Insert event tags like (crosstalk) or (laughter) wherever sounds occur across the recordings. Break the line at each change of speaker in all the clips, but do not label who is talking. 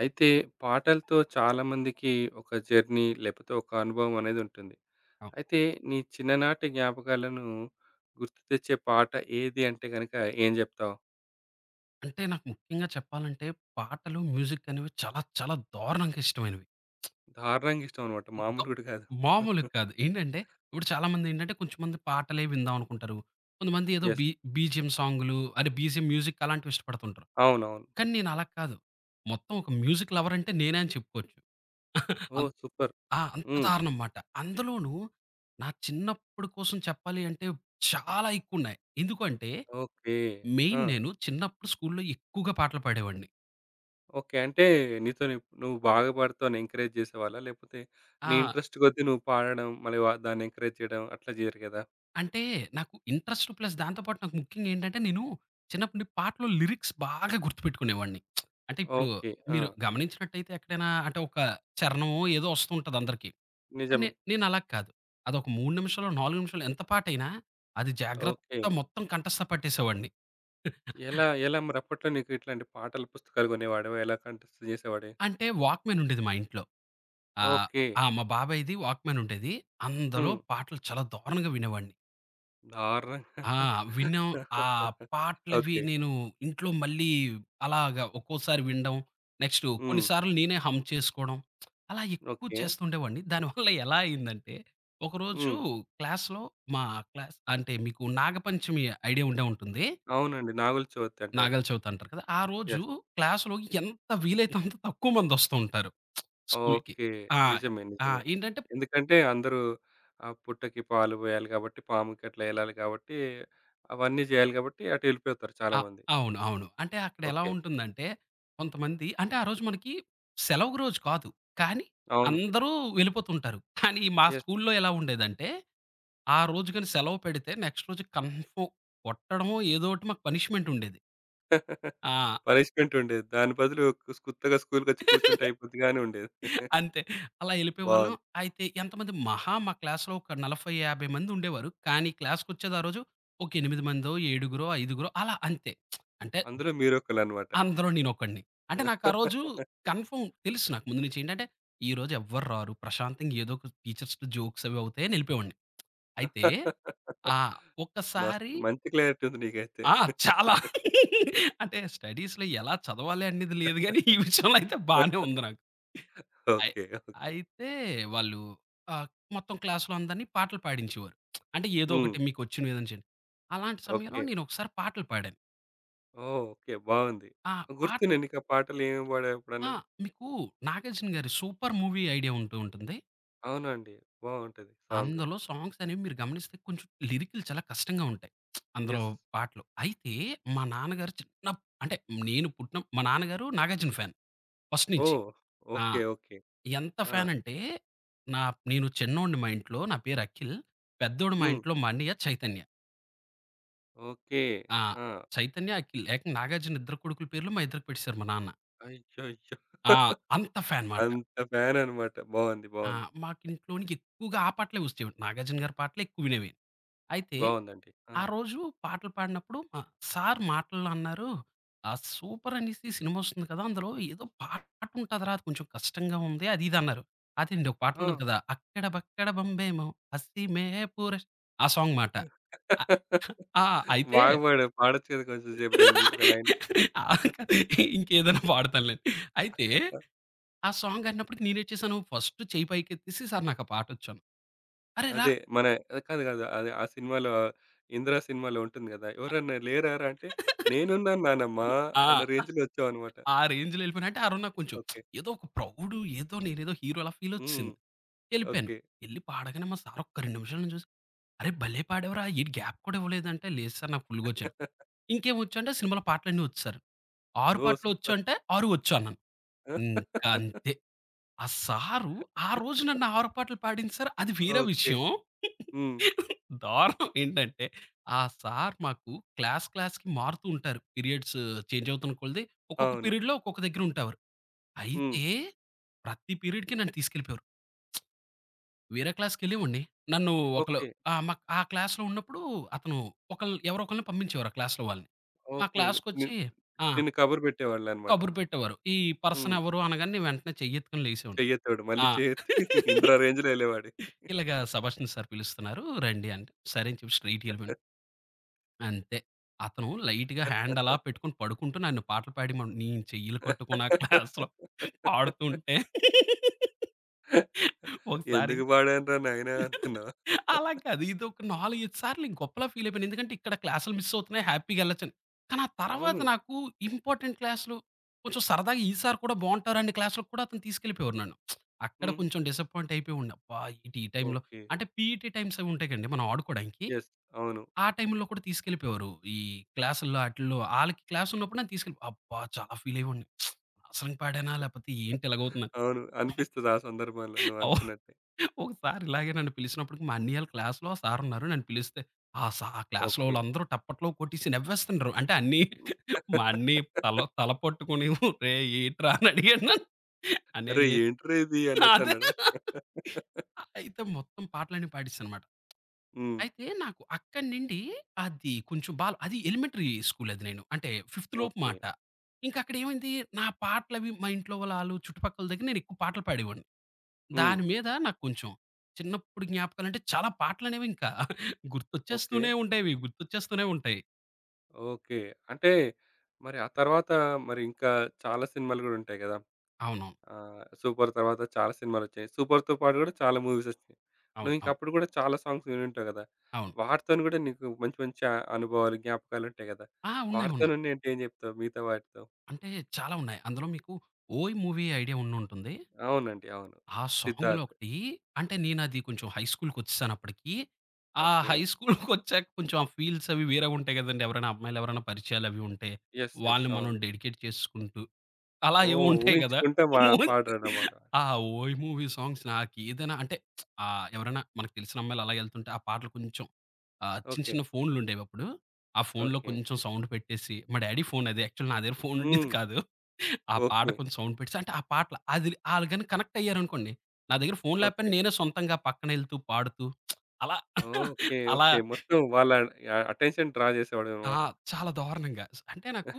అయితే పాటలతో చాలామందికి ఒక జర్నీ లేకపోతే ఒక అనుభవం అనేది ఉంటుంది.
అవును.
అయితే నీ చిన్ననాటి జ్ఞాపకాలను గుర్తు తెచ్చే పాట ఏది అంటే గనక ఏం జెప్తావు?
అంటే నాకు ముఖ్యంగా చెప్పాలంటే పాటలు, మ్యూజిక్ అనేవి చాలా చాలా దారుణంగా ఇష్టమైనవి.
దారుణంగా ఇష్టం అన్నమాట.
దో
మామూలు గూడా కాదు.
మామూలుగా కాదు. ఏంటంటే ఇప్పుడు చాలామందేంటంటే కొంచెంమంది పాటలే విందాం అనుకుంటారు. కొంతమంది ఏదో
యెస్.
బీజీఎమ్ సాంగులు, అరే బీజీఎమ్ మ్యూజిక్ అలాంటివి ఇష్టపడుతుంటారు.
అవునవును.
కానీ నేను అలా కాదు. మొత్తం ఒక మ్యూజిక్ లవర్ అంటే నేనే అని చెప్పుకోవచ్చు. (laughs) అం
ఓహ్! సూపర్.
ఆ! అంత
హ్మ్.
దారుణం మాట. అందులోనూ నా చిన్నప్పుడు కోసం చెప్పాలి అంటే చాలా ఎక్కువున్నాయి. ఎందుకంటే
ఓకే. ఆ!
మెయిన్ నేను చిన్నప్పుడు స్కూల్‌లో ఎక్కువగా పాటలు పాడేవాడిని.
ఓకే. అంటే నీతోని నువ్వు బాగా పాడుతావు అని ఎంకరేజ్ జేసేవాళ్ళా? లేకపోతే నీ
ఆ!
ఇంట్రెస్ట్ కొద్దీ నువ్వు పాడడం మళ్ళీ వ దాన్ని ఎంకరేజ్ చేయడం అట్లా జేయరు గదా!
అంటే నాకు ఇంట్రెస్ట్ ప్లస్ దాంతో పాటు నాకు ముఖ్యంగా ఏంటంటే, నేను చిన్నప్పుడు నుండి పాటలో లిరిక్స్ బాగా గుర్తుపెట్టుకునేవాడిని. అంటే ఇప్పుడు
ఓకే. ఆ!
మీరు గమనించినట్టయితే ఎక్కడైనా అంటే ఒక చరణమో ఏదో వస్తూ ఉంటది అందరికి. నే
నిజమే.
నేను అలా కాదు. అదొక 3 నిమిషాలు, 4 నిమిషాలు ఎంత పాటైనా అది జాగ్రత్త
ఓకే.
మొత్తం కంఠస్థ పట్టేసేవాడిని.
ఎలా ఎలా మరి అప్పట్లో నీకు ఇట్లాంటి పాటల పుస్తకాలు కొనేవాడివా? ఎలా కంటెస్ట్ చేసేవాడి?
అంటే వాక్‌మ్యాన్ ఉండేది మా ఇంట్లో. ఆహ్,
ఓకే.
ఆ! మా బాబాయ్‌ది వాక్‌మ్యాన్ ఉండేది. అందులో
హ్మ్.
పాటలు చాలా దారుణంగా వినేవాడిని. ఆ!
దారుణంగా.
విన్నాం. ఆ పాటలవి
ఓకే.
నేను ఇంట్లో మళ్ళీ అలాగా ఒక్కోసారి వినడం, నెక్స్టు కొన్ని
హ్మ్.
సార్లు నేనే హమ్ చేసుకోవడం, అలా ఎక్కువ
ఓకే.
చేస్తుండేవాడిని. దానివల్ల ఎలా అయిందంటే, ఒకరోజు
హ్మ్.
క్లాస్‌లో మా క్లాస్ అంటే మీకు నాగపంచమి ఐడియా ఉండే ఉంటుంది.
అవునండి. 'నాగుల చవితి' అంటారు.
నాగాల చవితి అంటారు కదా! ఆ రోజు
యెస్.
క్లాస్‌లో ఎంత వీలైతే అంత తక్కువ మందొస్తూ ఉంటారు స్కూల్‌కి.
ఓకే.
ఆ!
నిజమే.
ఆ!
నిజమే.
ఏంటంటే
ఎందుకంటే అందరూ ఆ పుట్టకి పాలు పోయాలి కాబట్టి, పాముకి అట్లా యెళ్ళాలి కాబట్టి, అవన్నీ జేయాలి కాబట్టి అటు యెళ్ళిపోతారు
అ
చాలామంది.
అవును. అవును. అంటే అక్కడెలా
ఓకే.
ఉంటుందంటే, కొంతమంది అంటే ఆ రోజు మనకి సెలవు రోజు కాదు. కానీ
అవును.
అందరూ వెళ్ళిపోతుంటారు. కానీ మా
యెస్.
స్కూల్లో ఎలా ఉండేదంటే, ఆ రోజు గాని సెలవు పెడితే నెక్స్ట్ రోజు కన్ఫర్మ్ కొట్టడమో ఏదో ఒకటి మాకు పనిష్మెంట్ ఉండేది. ఆ!
పనిష్మెంట్ ఉండేది. దాని బదులు కుస్ కుత్తగా స్కూల్‌కొచ్చి కూర్చుంటే
(laughs)
అయిపోద్ది గాని ఉండేది.
అంతే. అలా ఎళ్ళిపోయేవాళ్ళం.
బావుంది.
అయితే ఎంతమంది మహా మా క్లాస్‌లో ఒక 40, 50 మంది ఉండేవారు. కానీ క్లాస్‌కొచ్చేది ఆ రోజు ఒక 8 మందో, ఏడుగురో, ఐదుగురో అలా అంతే. అంటే
అందులో మీరొకళ్ళనమాట.
అందులో నేనొకడిని. అంటే నాకు ఆ రోజు కన్ఫర్మ్ తెలుసు నాకు ముందు నుంచి ఏంటంటే, ఈరోజు ఎవ్వరు రారు. ప్రశాంతంగా ఏదో ఒక టీచర్స్‌తో జోక్స్ అవి అవుతాయని ఎళ్ళిపోయేవాడిని. అయితే ఆ!
మస్త్
ఒక్కసారి
మంచి క్లారిటీ ఉంది నీకైతే.
ఆ! చాలా (laughs) అంటే స్టడీస్‌లో ఎలా చదవాలి అనేది లేదు గానీ, ఈ విషయంలో అయితే బానే ఉంది నాకు. అయి
ఓకే. ఓకే.
అయితే వాళ్ళు ఆహ్, మొత్తం క్లాస్‌లో అందరిని పాటలు పాడించేవారు. అంటే ఏదో
హ్మ్.
ఒకటి మీకొచ్చిన విధంగా చేయండి. అలాంటి సమయంలో
ఓకే.
నేనొకసారి పాటలు పాడాను.
ఓహ్! ఓకే. బావుంది.
ఆ! పాట
గుర్తున్నాయి నీకా పాటలు ఏమేం పాడావు
ఆ!
ఎప్పుడన్నది?
మీకు 'నాగార్జున' గారి 'సూపర్' మూవీ ఐడియా ఉంటూ ఉంటుంది.
అవునండి. బావుంటది సాంగ్.
అందులో సాంగ్స్ అనేవి మీరు గమనిస్తే కొంచెం లిరికులు చాలా కష్టంగా ఉంటాయి. అందులో
యెస్.
పాటలు. అయితే మా నాన్నగారు చిన్న అంటే నేను పుట్టిన మా నాన్నగారు 'నాగార్జున' ఫ్యాన్ ఫస్ట్ నుంచి.
ఓహ్!
ఆ!
ఓకే. ఓకే.
ఎంత
ఆ!
ఫ్యాన్ అంటే నా నేను చిన్నోడిని మా ఇంట్లో నా పేరు అఖిల్. పెద్దోడు మా
హ్మ్.
ఇంట్లో మా అన్నయ్య చైతన్య.
ఓకే.
ఆ!
ఆ!
చైతన్య, అఖిల్ ఏకంగా 'నాగార్జున' ఇద్దరు కొడుకుల పేర్లు మా ఇద్దరికి పెట్టేసారు మా నాన్న.
అయ్యయ్యో!
ఆ! అంత ఫ్యాన్ మాట.
అంత ఫ్యాననమాట. బావుంది.
ఆ!
బావుంది.
మాకింట్లోనికి ఎక్కువగా ఆ పాటలే ఒచ్చేవండి. 'నాగార్జున' గారి పాటలే ఎక్కువ వినేవి. అయితే
బావుందండి. ఆ!
ఆ రోజు పాటలు పాడినప్పుడు మా సార్ మాటల్లో అన్నారు, "సూపర్ అనేసి సినిమా ఒస్తుంది కదా! అందులో ఏదో పాట ఉంటదిరా! అది కొంచెం కష్టంగా ఉంది." అది ఇది అన్నారు. అదేండి ఒక పాట
ఆ!
ఉంటది కదా! 'అక్కడ బక్కడ బంబేమో హసీమే పూరష్' ఆ సాంగ్ మాట. అ
(laughs)
ఆ! అయితే
బాగా పాడొచ్చు కదా! కొంచెం సేపు 2 ఒక లైన్.
ఆ, ఇంకేదైనా పాడతానులెండి. అయితే ఆ సాంగ్ అన్నప్పటికి నేనేం చేశాను, ఫస్ట్ చెయ్యి పైకెత్తేసి, "సార్ నాకు ఆ పాటొచ్చు" అన్నా. "అరె! రా
అదే మన కాదు కాదు. అది ఆ సినిమాలో 'ఇందిర' సినిమాలో ఉంటుంది కదా! ఎవరన్నా లేరారా అంటే, నేనున్నాను నానమ్మ అన్న
ఆ!
రేంజ్‌లో వచ్చావనమాట.
ఆ రేంజ్‌లో ఎళ్ళిపోయాను. అంటే ఆ రోజు నాకు కొంచెం
ఓకే.
ఏదో ఒక ప్రౌడు ఏదో నేనేదో హీరో అలా ఫీల్
హ్మ్.
వచ్చేసింది. ఎళ్ళిపోయాను.
ఓకే.
ఎళ్లి పాడగానే మా సార్ ఒక్క 2 నిమిషాలు నన్ను చూసి, "అరేయ్! భలే పాడావురా! ఏంటి గ్యాప్ కూడా ఇవ్వలేదంటే" "లేదు సార్ నాకు ఫుల్‌గా వచ్చాను."
(laughs)
"ఇంకేం వచ్చు" అంటే సినిమాలో పాటలన్నీ వచ్చు సార్. 6
ఓహ్!
పాటలు వచ్చు
సూపర్.
అంటే 6 వచ్చు అన్నాను. ఇంకంతే.
(laughs)
ఆ సారు ఆ రోజు నన్ను ఆరుపాటలు పాడింది సారు. అది వేరే
ఓకే.
విషయం.
హ్మ్.
దారుణం ఏంటంటే, ఆ సార్ మాకు క్లాస్ క్లాస్‌కి మారుతూ ఉంటారు. పీరియడ్స్ చేంజ్ అవుతున్న కొలది ఒక్కొక్క
అవును.
పీరియడ్‌లో ఒక్కొక్క దగ్గర ఉంటేవారు.
హ్మ్.
అయితే ప్రతి పీరియడ్‌కి నన్ను తీసుకెళ్ళిపోయేవారు. వేరే క్లాస్‌కెళ్ళేవాడిని. నన్ను ఒకళ్ళు
ఓకే.
ఆ! మా ఆ క్లాస్‌లో ఉన్నప్పుడు అతను ఒకళ్ళు ఎవరో ఒకళ్ళని పంపించేవారు ఆ క్లాస్‌లో వాళ్ళని. మా
ఓకే. ని
క్లాస్‌కొచ్చి ఆ!
నిన్ను కబురు పెట్టేవాళ్ళనమాట.
కబురు పెట్టేవారు. పర్సన్
హ్మ్.
ఎవరు అనగానే నేను వెంటనే చెయ్యెత్తుకొని లేసేవాడిని.
చెయ్యెత్తాడు. మళ్ళీ
ఆ!
చెయ్యెత్తి
(laughs)
'ఇందిర' రేంజ్‌లో ఎళ్ళేవాడు. (laughs)
ఇలాగా "సెబాస్టియన్ సార్ పిలుస్తున్నారు రండి" అంటే, సరే అని చెప్పి స్ట్రెయిట్ ఎళ్ళిపోయాను. అంతే. అతను లైట్‌గా హ్యాండ్ అలా పెట్టుకొని పడుకుంటూ నన్ను పాటలు పాడిమన్ నేను చెయ్యిలు కట్టుకొని ఆ క్లాస్‌లో పాడుతుంటే (laughs) ఒకసారి
ఎందుకు పాడానురా నాయనా అనుకున్నా.
అలా కాదు. ఇదొక 4, 5 సార్లు గొప్పలా ఫీల్ అయిపోయాను. ఎందుకంటే ఇక్కడ క్లాసులు మిస్ అవుతున్నాయి. హ్యాపీగా ఎళ్ళొచ్చని. కానీ ఆ తర్వాత
అవును.
నాకు ఇంపార్టెంట్ క్లాస్‌లు కొంచెం సరదాగా ఈ సార్ కూడా బావుంటారు అనే క్లాస్‌లకు కూడా అతను తీసుకెళ్ళిపోయేవారు నన్ను. అక్కడ
హ్మ్.
కొంచెం డిసప్పాయింట్ అయిపోయి ఉండే. అబ్బా! ఏంటి ఈ టైంలో
ఓకే.
అంటే పీఈటీ టైమ్స్ అవి ఉంటాయి కదండీ! మనం ఆడుకోవడానికి.
యెస్. అవును.
ఆ టైంలో కూడా తీసుకెళ్ళిపోయేవారు. ఈ క్లాసుల్లో ఆటిల్లో ఆళ్ళకి క్లాస్ ఉన్నప్పుడు నన్ను తీసుకెళ్ళి అబ్బా! చాలా ఫీల్ అయ్యేవాడిని. అనవసరంగా పాడానా? లేకపోతే ఏంటి ఇలాగవుతుందని.
అవును. అనిపిస్తది ఆ సందర్భంలో నువ్వనుకున్నట్టే.
ఒకసారి ఇలాగే నన్ను పిలిచినప్పటికి మా అన్నయ్య ఆళ్ళ క్లాస్‌లో ఆ సార్ ఉన్నారు. నన్ను పిలిస్తే ఆ క్లాస్‌లో
ఓకే.
వాళ్ళందరూ టప్పట్లు కొట్టేసి నవ్వేస్తుండ్రు. అంటే అన్నీ మా అన్నయ్య తల తల పట్టుకొని "రేయ్! ఏంట్రా" అని అడిగాను నన్ను. అన్నయ్య
"అరేయ్!
ఏ
ఏంట్రా ఇది" అన్నట్టు
అదే.
అన్నాడా?
అయితే మొత్తం పాటలన్నీ పాడేసానమాట.
హ్మ్.
అయితే నాకు అక్కడి నుండి అది కొంచెం బాల అది ఎలిమెంటరీ స్కూల్ అది నేను. అంటే ఫిఫ్త్ లోపు
ఓకే.
మాట. ఇంకా అక్కడ ఏమైంది నా పాటలవి మా ఇంట్లో వాళ్ళ ఆళ్ళు చుట్టుపక్కల దగ్గర నేను ఎక్కువ పాటలు పాడేవాడిని.
హ్మ్.
దాని మీద నాకు కొంచెం చిన్నప్పుడు జ్ఞాపకాలంటే చాలా పాటలనేవి ఇంకా
ఓకే.
గుర్తొచ్చేస్తూనే ఉండేవి. గుర్తొచ్చేస్తూనే ఉంటాయి.
ఓకే. అంటే మరి ఆ తర్వాత మరి ఇంకా చాలా సినిమాలు గూడా ఉంటాయి గదా!
అవునవును.
ఆ! 'సూపర్' తర్వాత చాలా సినిమాలొచ్చాయి. 'సూపర్'తో పాటు గూడా చాలా మూవీసొచ్చాయి.
అవును.
నువ్వింక
అవును.
అప్పుడు గూడా చాలా సాంగ్స్ వినుంటావు గదా!
అవును.
వాటితోని గూడా నీకు మంచి మంచి అనుభవాలు, జ్ఞాపకాలుంటాయి గదా!
ఆ! ఉన్నాయి. ఉన్నాయి.
వాటితోనున్నయేంటి ఏం జెప్తావు మిగతా వాటితో?
అంటే చాలా ఉన్నాయి. అందులో మీకు 'ఓయ్' మూవీ ఐడియా ఉండుంటుంది.
అవునండి. అవును.
ఆ సాంగ్‌లో
'సిద్ధార్థ్.'
ఒకటి అంటే నేనది కొంచెం హై స్కూల్‌కొచ్చేసానప్పటికి. ఆ
ఓకే.
హై స్కూల్‌కొచ్చాక కొంచెం ఆ ఫీల్స్ అవి వేరేగుంటాయి గదండీ! ఎవరైనా అమ్మాయిలెవరైనా పరిచయాలవి ఉంటే,
యెస్. యెస్.
వాళ్ళని మనం
అవును.
డెడికేట్ చేసుకుంటూ అలా ఏవో
ఓహ్!
ఉంటాయి గదా!
ఊహించుకుంటా మా
మోహన్
పాడరన్నమాట.
ఆ! ఓయ్ మూవీ సాంగ్స్ నాకేదైనా అంటే ఎవరైనా మనకు తెలిసిన అమ్మాయిలు అలా ఎళ్తుంటే ఆ పాటలు కొంచెం చిన్న
ఓకే.
చిన్న ఫోన్‌లుండేవప్పుడు. ఆ ఫోన్‌లో
ఓకే.
కొంచెం సౌండ్ పెట్టేసి మా డ్యాడీ ఫోన్ అది యాక్చువల్ నా దగ్గర ఫోన్ ఉండేది
హ్మ్.
కాదు. ఆ పాట
ఓకే.
కొంచెం సౌండ్ పెట్టేసి అంటే ఆ పాటలు అది ఆళ్ళు గాని కనెక్ట్ అయ్యారనుకోండి. నా దగ్గర ఫోన్
ఓకే.
లేకపోయినా నేనే సొంతంగా పక్కన ఎళ్తూ, పాడుతూ అలా
ఓకే.
అలా
ఓకే. మొత్తం వాళ్ళ అటెన్షన్ డ్రా
ఆ!
జేసేవాడివన్నమాట.
చాలా దారుణంగా. అంటే నాకు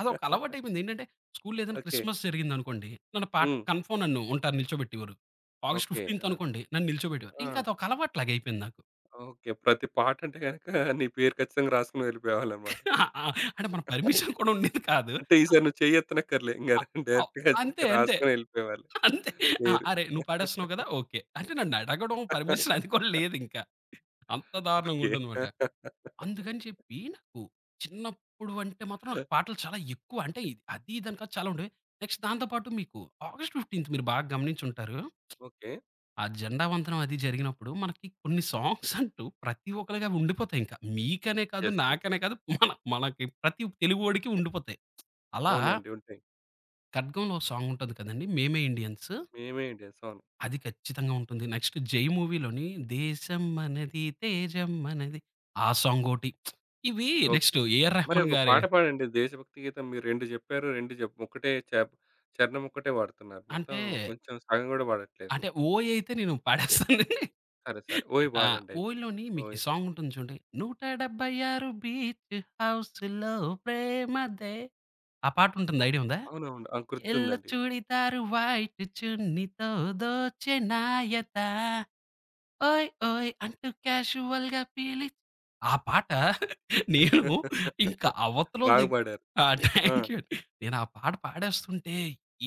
అదొక అలవాటైపోయింది. ఏంటంటే స్కూల్‌లో ఏదైనా
ఓకే.
క్రిస్మస్ జరిగిందనుకోండి. నన్ను పాట
హ్మ్.
కన్ఫర్మ్ నన్ను ఉంటారు నిల్చోబెట్టేవారు. August
okay.
15థ్
ఆ!
అనుకోండి. నన్ను నిల్చోబెట్టేవారు.
ఆ!
ఇంకా అదొక అలవాటులాగా అయిపోయింది నాకు.
ఓకే. ప్రతి పాటంటే గనక నీ పేరు ఖచ్చితంగా రాసుకొని వెళ్ళిపోయేవాళ్ళనమాట.
ఆ, ఆ, అంటే మన పర్మిషన్ కూడా ఉండేది కాదు.
అంటే ఈసారి నువ్వు చెయ్యెత్తనక్కర్లే. ఇంగ
అ అవ్
డైరెక్ట్‌గా
అంతే. అంతే.
రాసుకొని వెళ్ళిపోయేవాళ్ళు
అంతే. ఆ!
పేరు.
అరే! నువ్వు పాడేస్తున్నావు కదా! ఓకే. అంటే నన్నడగడం పర్మిషన్ అది కూడా లేదింక. అంత దారుణంగా
ఓకే.
ఉంటుందమాట. అందుకని చెప్పి నాకు చిన్నప్పుడు అంటే మాత్రం నాకు పాటలు చాలా ఎక్కువ అంటే ఇది అది ఇదని కాదు చాలా ఉండేవి. నెక్స్ట్ దాంతో పాటు మీకు ఆగస్ట్ 15 మీరు బాగా గమనించుంటారు.
ఓకే.
ఆ జెండా వందనం అది జరిగినప్పుడు మనకి కొన్ని సాంగ్స్ అంటూ ప్రతి ఒక్కళ్ళకి అవి ఉండిపోతాయింక. మీకనే కాదు,
యెస్. యెస్.
నాకనే కాదు మనకి ప్రతి తెలుగోడికి ఉండిపోతాయి. అలా
అవునండి. ఉంటాయి.
ఖడ్గంలో సాంగ్ ఉంటుంది కదండీ! 'మేమే ఇండియన్స్.'
'మేమే ఇండియన్స్', అవును.
అది ఖచ్చితంగా ఉంటుంది. నెక్స్ట్ 'జై' మూవీలోని 'దేశం మనది తేజం మనది' ఆ సాంగోటి. ఇవి
ఓకే.
నెక్స్ట్ 'ఏఆర్
మరి
రెహమాన్'
ఒక
గారి
పాట పాడండి. దేశభక్తి గీతం మీరు 2 జెప్పారు. 2 జెప్ ఒకటే చ చరణం ఒక్కటే వాడుతున్నారు. మొత్తం
అంటే,
కొంచెం సగం గూడా వాడట్లేదు.
అంటే 'ఓయ్' అయితే నేను పాడేస్తానండి.
సరే. సరే. 'ఓయ్'
ఆ!
పాడండయితే.
'ఓయ్‌లోని' మీకు ఈ
'ఓయ్'
సాంగ్ ఉంటుంది చూడండి. 176 బీచ్ హౌస్‌లో ప్రేమదే ఆ పాటుంటుంది. ఐడియా ఉందా?
అవునవును. ఆ!
ఎల్లో
గుర్తుందండి.
చూడిదారు వైట్ చున్నీతో దోచె నాయతా ఓయ్! ఓయ్! అంటూ క్యాజువల్‌గా పీలిచ్ ఆ పాట నేను ఇంకా
(laughs)
అవతలోల
బాగా
దగ్
పాడారు.
ఆ!
ఆ!
థ్యాంక్ యూ అండి. నేను ఆ పాట పాడేస్తుంటే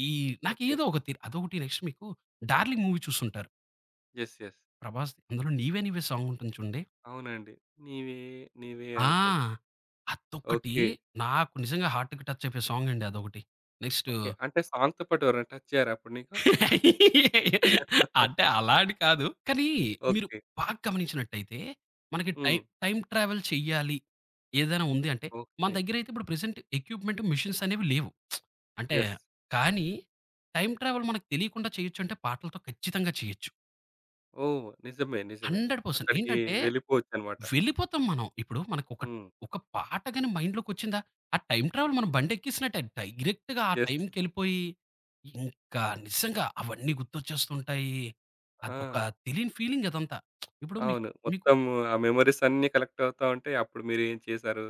ఈ
ఓకే.
నాకేదో ఒక తి అదొకటి నెక్స్ట్ మీకు 'డార్లింగ్' మూవీ చూసుంటారు.
యెస్. యెస్.
ప్రభాస్‌ది. అందులో 'నీవే నీవే' సాంగ్ ఉంటుంది చూడండి.
అవునండి. నీవే నీవే అని ఉంటది.
ఆ! అదొకటి
ఓకే.
నాకు నిజంగా హార్ట్‌కి టచ్ అయిపోయే సాంగ్ అండి అదొకటి. Next
okay. అంటే సాంగ్‌తో పాటు ఎవరైనా టచ్ చేయ్యారా అప్పుడు నీకు?
అంటే అలా అని కాదు. కానీ మీరు
ఓకే.
బాగా గమనించినట్టయితే మనకి
హ్మ్.
టైం టైం ట్రావెల్ చెయ్యాలి. ఏదైనా ఉంది అంటే మన
ఓకే.
దగ్గరైతే ఇప్పుడు ప్రెజెంట్ ఎక్విప్‌మెంట్, మెషీన్స్ అనేవి లేవు. అంటే
యెస్.
కానీ టైం ట్రావెల్ మనకు తెలియకుండా చేయొచ్చంటే పాటలతో ఖచ్చితంగా చేయొచ్చు.
ఓహ్! నిజమే. నిజమే.
100%
అక్కడికి
ఏంటంటే
వెళ్ళిపోవచ్చనమాట.
వెళ్ళిపోతాం మనం. ఇప్పుడు మనకొక ఒక
హ్మ్.
ఒక పాట గాని మైండ్‌లోకొచ్చిందా, ఆ టైం ట్రావెల్ మనం బండెక్కేసినట్టే. డైరెక్ట్‌గా ఆ
యెస్.
టైంకెళ్ళిపోయి, ఇంకా నిజంగా అవన్నీ గుర్తొచ్చేస్తుంటాయి. అదొక
ఆ!
తెలియని ఫీలింగ్ అదంతా. ఇప్పుడు మీకు
అవును.
మీకు
మొత్తం ఆ మెమోరీస్ అన్నీ కలెక్ట్ అవుతా ఉంటాయి. అప్పుడు మీరేం చేశారు?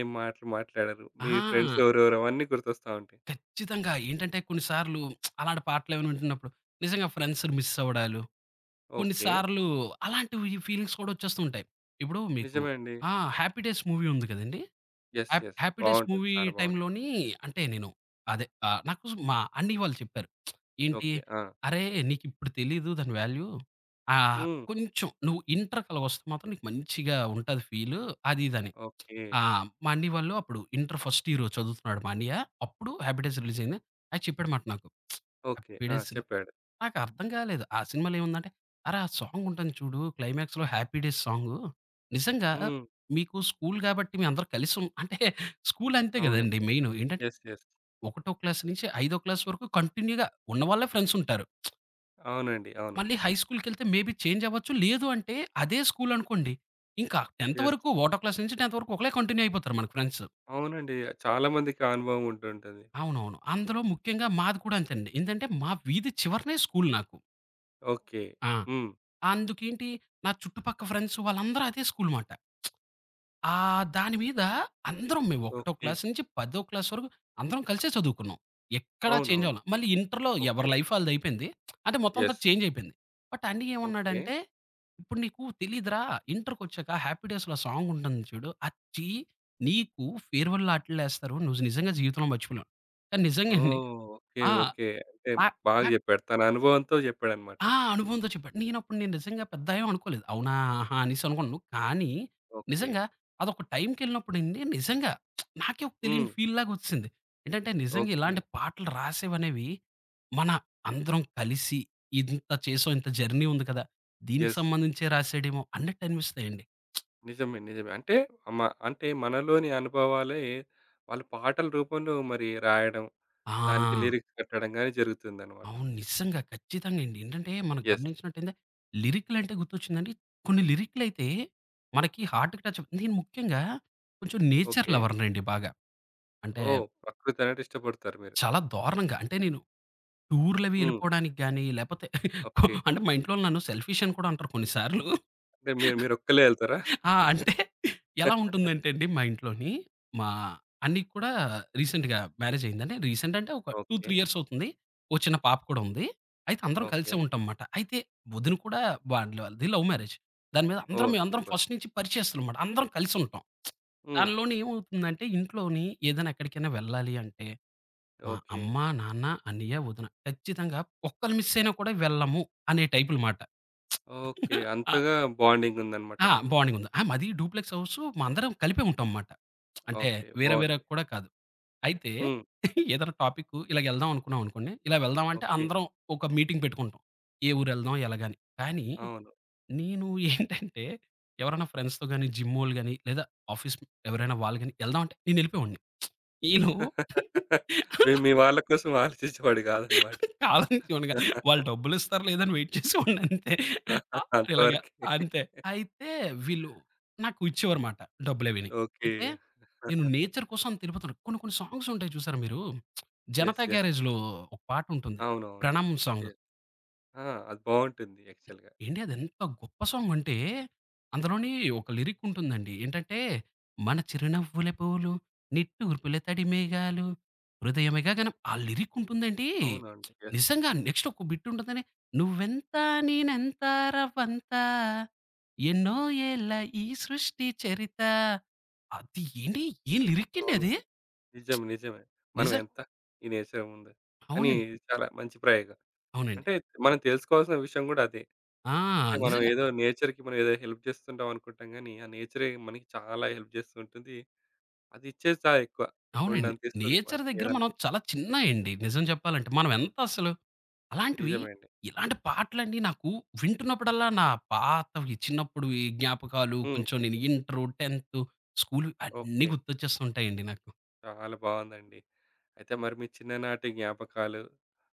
ఏం మాటలు మాట్లాడారు? మీ ఫ్రెండ్స్
ఆ!
ఎవరెవరు? అవన్నీ గుర్తొస్తా ఉంటాయి.
ఖచ్చితంగా. ఏంటంటే కొన్ని సార్లు అలాంటి పాటలేమైనా వింటున్నప్పుడు నిజంగా ఫ్రెండ్స్‌ని మిస్ అవ్వడాలు, కొన్ని
ఓకే.
సార్లు అలాంటివి ఫీలింగ్స్ కూడా వచ్చేస్తూ ఉంటాయి. ఇప్పుడు మీకు
నిజమే అండి.
ఆ! 'హ్యాపీ డేస్' మూవీ ఉంది కదండీ!
యెస్. యెస్.
'హ్యాపీ డేస్'
బావుంటది.
మూవీ
చాలా బావుంటది.
టైమ్‌లోని అంటే నేను అదే నాకు మా అన్నయ్య వాళ్ళు చెప్పారు. ఏంటి,
ఓకే. ఆ!
"అరేయ్! నీకిప్పుడు తెలీదు దాని వాల్యూ. ఆహ్,
హ్మ్.
కొంచెం నువ్వు ఇంటర్ కలాగొస్తే మాత్రం నీకు మంచిగా ఉంటది ఫీలు" అది ఇదని.
ఓకే.
మా అన్నయ్య వాళ్ళు అప్పుడు ఇంటర్ ఫస్ట్ ఇయర్ చదువుతున్నాడు మా అన్నయ్య. అప్పుడు 'హ్యాపీ డేస్' రిలీజ్ అయింది. అది చెప్పాడు మాట నాకు.
ఓకే.
'హ్యాపీ
ఆ!
డేస్'
చెప్పాడు.
నాకర్థం కాలేదు. ఆ సినిమాలో ఏముందంటే, "అరె! ఆ సాంగ్ ఉంటుంది చూడు క్లైమాక్స్‌లో 'హ్యాపీ డేస్' సాంగు. నిజంగా
హ్మ్.
మీకు స్కూల్ గాబట్టి మీ అందరూ కలిసి ఉన్" అంటే స్కూల్ అంతే
అవును.
గదండీ మెయిను. ఏంటంటే,
యెస్. యెస్.
ఒకటో క్లాస్ నుంచి ఐదో క్లాస్ వరకు కంటిన్యూ‌గా ఉన్నవాళ్ళే ఫ్రెండ్స్ ఉంటారు.
అవునండి. అవును.
మళ్ళీ హై స్కూల్‌కెళ్తే మేబీ చేంజ్ అవ్వచ్చు. లేదు అంటే అదే స్కూల్ అనుకోండి. ఇంకా 10
యెస్.
వరకు ఒకటో క్లాస్ నుంచి 10 వరకు ఒకలే కంటిన్యూ అయిపోతారు మనకు ఫ్రెండ్స్.
అవునండి. చాలా మందికి ఆ అనుభవం ఉంటుంటుంది.
అవునవును. అందులో ముఖ్యంగా మాది కూడా అంతేనండి. ఏందంటే, మా వీధి చివరనే స్కూల్ నాకు.
ఓకే.
ఆ!
హ్మ్.
అందుకేంటి నా చుట్టుపక్క ఫ్రెండ్స్ వాళ్ళందరూ అదే స్కూల్ మాట. దాని మీద అందరం మేము ఒకటో
ఓకే.
క్లాస్ నుంచి పదో క్లాస్ వరకు అందరం కలిసే చదువుకున్నాం. ఎక్కడా చేంజ్
అవునవును.
అవ్వలా. మళ్ళీ ఇంటర్‌లో
ఓకే.
ఎవరి లైఫ్ ఆళ్ళదయిపోయింది. అంటే మొత్తం అంతా
యెస్.
చేంజ్ అయిపోయింది. బట్ అన్నయ్య
ఓకే.
ఏమన్నాడంటే, "ఇప్పుడు నీకు తెలీదురా ఇంటర్‌కొచ్చాక 'హ్యాపీ డేస్‌లో' సాంగ్ ఉంటుంది చూడు. అచ్చి నీకు ఫేర్‌వెల్ ఆటిల్లో ఎస్తారు. నువ్వు నిజంగా జీవితంలో మర్చిపోలేవు." కానీ నిజంగా అండి.
ఓహ్! ఓకే.
ఆ!
ఓకే. అంటే
నా
బాగా
నా
జెప్పాడు. తన అనుభవంతో జెప్పాడన్నమాట.
ఆ! అనుభవంతో చెప్పాడు. నేను నిజంగా పెద్ద ఏం అనుకోలేదు. అవునా! ఆహా! అనేసి అనుకున్నాను. కానీ
ఓకే.
నిజంగా అదొక టైమ్‌కెళ్ళినప్పుడండి నిజంగా నాకే ఒక
హ్మ్.
తెలియని ఫీల్‌లాగొచ్చేసింది. ఏంటంటే నిజంగా
ఓకే.
ఇలాంటి పాటలు రాసేవనేవి మన అందరం కలిసి ఇంత చేసాం, ఇంత జర్నీ ఉంది కదా! దీనికి
యెస్.
సంబంధించే రాసాడేమో అన్నట్టు అనిపిస్తాయండి.
నిజమే. నిజమే. అంటే మ అంటే మనలోని అనుభవాలే వాళ్ళు పాటల రూపంలో మరి రాయడం, దానికి
ఆ!
లిరిక్స్ కట్టడం గాని జరుగుతుందన్నమాట.
అవును. నిజంగా. ఖచ్చితంగా అండి. ఏంటంటే మనం
యెస్.
గమనించినట్టైతే లిరిక్‌లంటే గుర్తొచ్చిందండి. కొన్ని లిరిక్‌లైతే మనకి హార్ట్‌కి టచ్ నేను ముఖ్యంగా కొంచెం నేచర్
ఓకే.
లవర్‌నండి బాగా. అంటే
ఓహ్! ప్రకృతి అనేది ఇష్టపడతారు మీరు.
చాలా దారుణంగా. అంటే నేను టూర్‌లవి
హ్మ్.
ఎళ్ళిపోవడానికి గాని లేపోతే
ఓకే.
(laughs) అంటే మా ఇంట్లో వాళ్ళు నన్ను సెల్ఫిష్ అని కూడా అంటారు కొన్ని సార్లు.
అంటే మీరొక్కళ్ళే ఎళ్తారా?
అంటే ఎలా
(laughs)
ఉంటుందంటే అండి మా ఇంట్లోని, మా అన్నయ్యకి కూడా రీసెంట్‌గా మ్యారేజ్ అయిందండి. రీసెంట్ అంటే ఒక 2,
ఓకే.
3 ఇయర్స్ అవుతుంది. ఓ చిన్న పాప కూడా ఉంది. అయితే అందరం కలిసే
ఓకే.
ఉంటామన్నమాట. అయితే వదిన కూడా వాళ్ళది లవ్ మ్యారేజ్. దాని మీద అందరం
ఓహ్!
మేమందరం
సూపర్.
ఫస్ట్ నుంచి పరిచయస్తులమాట. అందరం కలిసి ఉంటాం.
హ్మ్.
దానిలోని ఏమవుతుందంటే ఇంట్లోని ఏదైనా ఎక్కడికైనా వెళ్ళాలి అంటే మా
ఓకే.
అమ్మ, నాన్న, అన్నయ్య, వదిన ఖచ్చితంగా ఒక్కళ్ళు మిస్ అయినా కూడా వెళ్ళము అనే టైపులమాట.
ఓకే. అంతగా బాండింగ్ ఉందన్నమాట
ఆ!
మీకు.
బాండింగ్ ఉంది. ఆ! మాది డూప్లెక్స్ హౌసు మా అందరం కలిపే ఉంటాం మాట. అంటే
ఓకే.
వేరే వేరే
బావుంది.
కూడా కాదు. అయితే
హ్మ్.
(laughs) ఏదైనా టాపిక్కు ఇలాగ ఎళ్దాం అనుకున్నాం అనుకోండి. ఇలా వెళ్దాం అంటే
ఓకే.
అందరం ఒక మీటింగ్ పెట్టుకుంటాం. ఏ ఊరెళ్దాం ఎలాగని. కానీ
అవును.
నేను (laughs) ఏంటంటే ఎవరైనా ఫ్రెండ్స్‌తో గాని, జిమ్మోళ్ళు గాని లేదా ఆఫీస్ ఎవరైనా వాళ్ళు గాని ఎళ్దాం అంటే నేనెళ్ళిపోయేవాడిని. ఈళ్ళు
(laughs) మీ మీ వాళ్ళ కోసం ఆలోచించేవాడు కాదన్నమాట.
కాలం చూడగా వాళ్ళు
(laughs)
డబ్బులిస్తారో లేదో అని వెయిట్ చేసేవాడిని అంతే. ఆ! ఇలాగా
అంతవరకే.
అంతే. అయితే వీళ్ళు నాకు ఇచ్చేవారుమాట డబ్బులవిని.
ఓకే.
అయితే నేను నేచర్
(laughs)
కోసం అంత ఎళ్ళిపోతాను. కొన్ని కొన్ని సాంగ్స్ ఉంటాయి చూసారా మీరు?
యెస్.
'జనతా
యెస్.
గ్యారేజ్‌లో' ఒక పాటుంటుంది.
అవునవును.
'ప్రణామం' సాంగ్.
యెస్. ఆ! అది బావుంటుంది యాక్చువల్‌గా.
ఏండి అదెంత గొప్ప సాంగ్ అంటే, అందులోని ఒక లిరిక్ ఉంటుందండి. ఏంటంటే, మన చిరునవ్వుల పూలు, నిట్టూర్పుల తడి మేఘాలు, హృదయమిగ గనం ఆ లిరిక్ ఉంటుందండి.
అవునండి. యెస్.
నిజంగా నెక్స్ట్ ఒక బిట్ ఉంటుందని, నువ్వెంత నేనెంత రవ్వంత, ఎన్నో ఏళ్ల ఈ సృష్టి చరిత. అది ఏండి ఏం లిరిక్ అండి
అవును.
అది.
నిజం. నిజమే. మనం
నిజం
ఎంత ఈ నేచర్ ముందు అని
అవునండి.
చాలా మంచి ప్రయోగం.
అవునండి.
అంటే మనం తెలుసుకోవాల్సిన విషయం గూడా అదే.
ఆ!
అంటే మనం
నిజంగా.
ఏదో నేచర్‌కి మనం ఏదో హెల్ప్ చేస్తుంటాం అనుకుంటాం గానీ, ఆ నేచరే మనకి చాలా హెల్ప్ చేస్తూ ఉంటుంది. అది ఇచ్చేది చాలా ఎక్కువ.
అవునండి.
కొండంత ఇస్తది
నేచర్
మనకి
దగ్గర
ఏదన్నా.
మనం చాలా చిన్నయండి నిజం చెప్పాలంటే. మనం ఎంత అసలు. అలాంటివి,
నిజమే అండి.
ఇలాంటి పాటలండి నాకు వింటున్నప్పుడల్లా నా పాతవి చిన్నప్పుడువి జ్ఞాపకాలు
హ్మ్.
కొంచెం నేను ఇంటరు, 10 స్కూలు అన్నీ
ఓకే.
గుర్తొచ్చేస్తుంటాయండి నాకు.
చాలా బావుందండి. అయితే మరి మీ చిన్ననాటి జ్ఞాపకాలు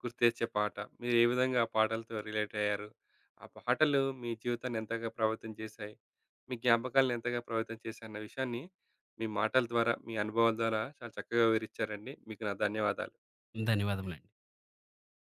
గుర్తుతెచ్చే పాట. మీరు ఏ విధంగా ఆ పాటలతో రిలేట్ అయ్యారు? ఆ పాటలు మీ జీవితాన్ని ఎంతగా ప్రభావితం చేశాయి? మీ జ్ఞాపకాలను ఎంతగా ప్రభావితం చేశాయి అన్న విషయాన్ని మీ మాటల ద్వారా, మీ అనుభవాల ద్వారా చాలా చక్కగా వివరిచ్చారండి. మీకు నా ధన్యవాదాలు.
ధన్యవాదములండి.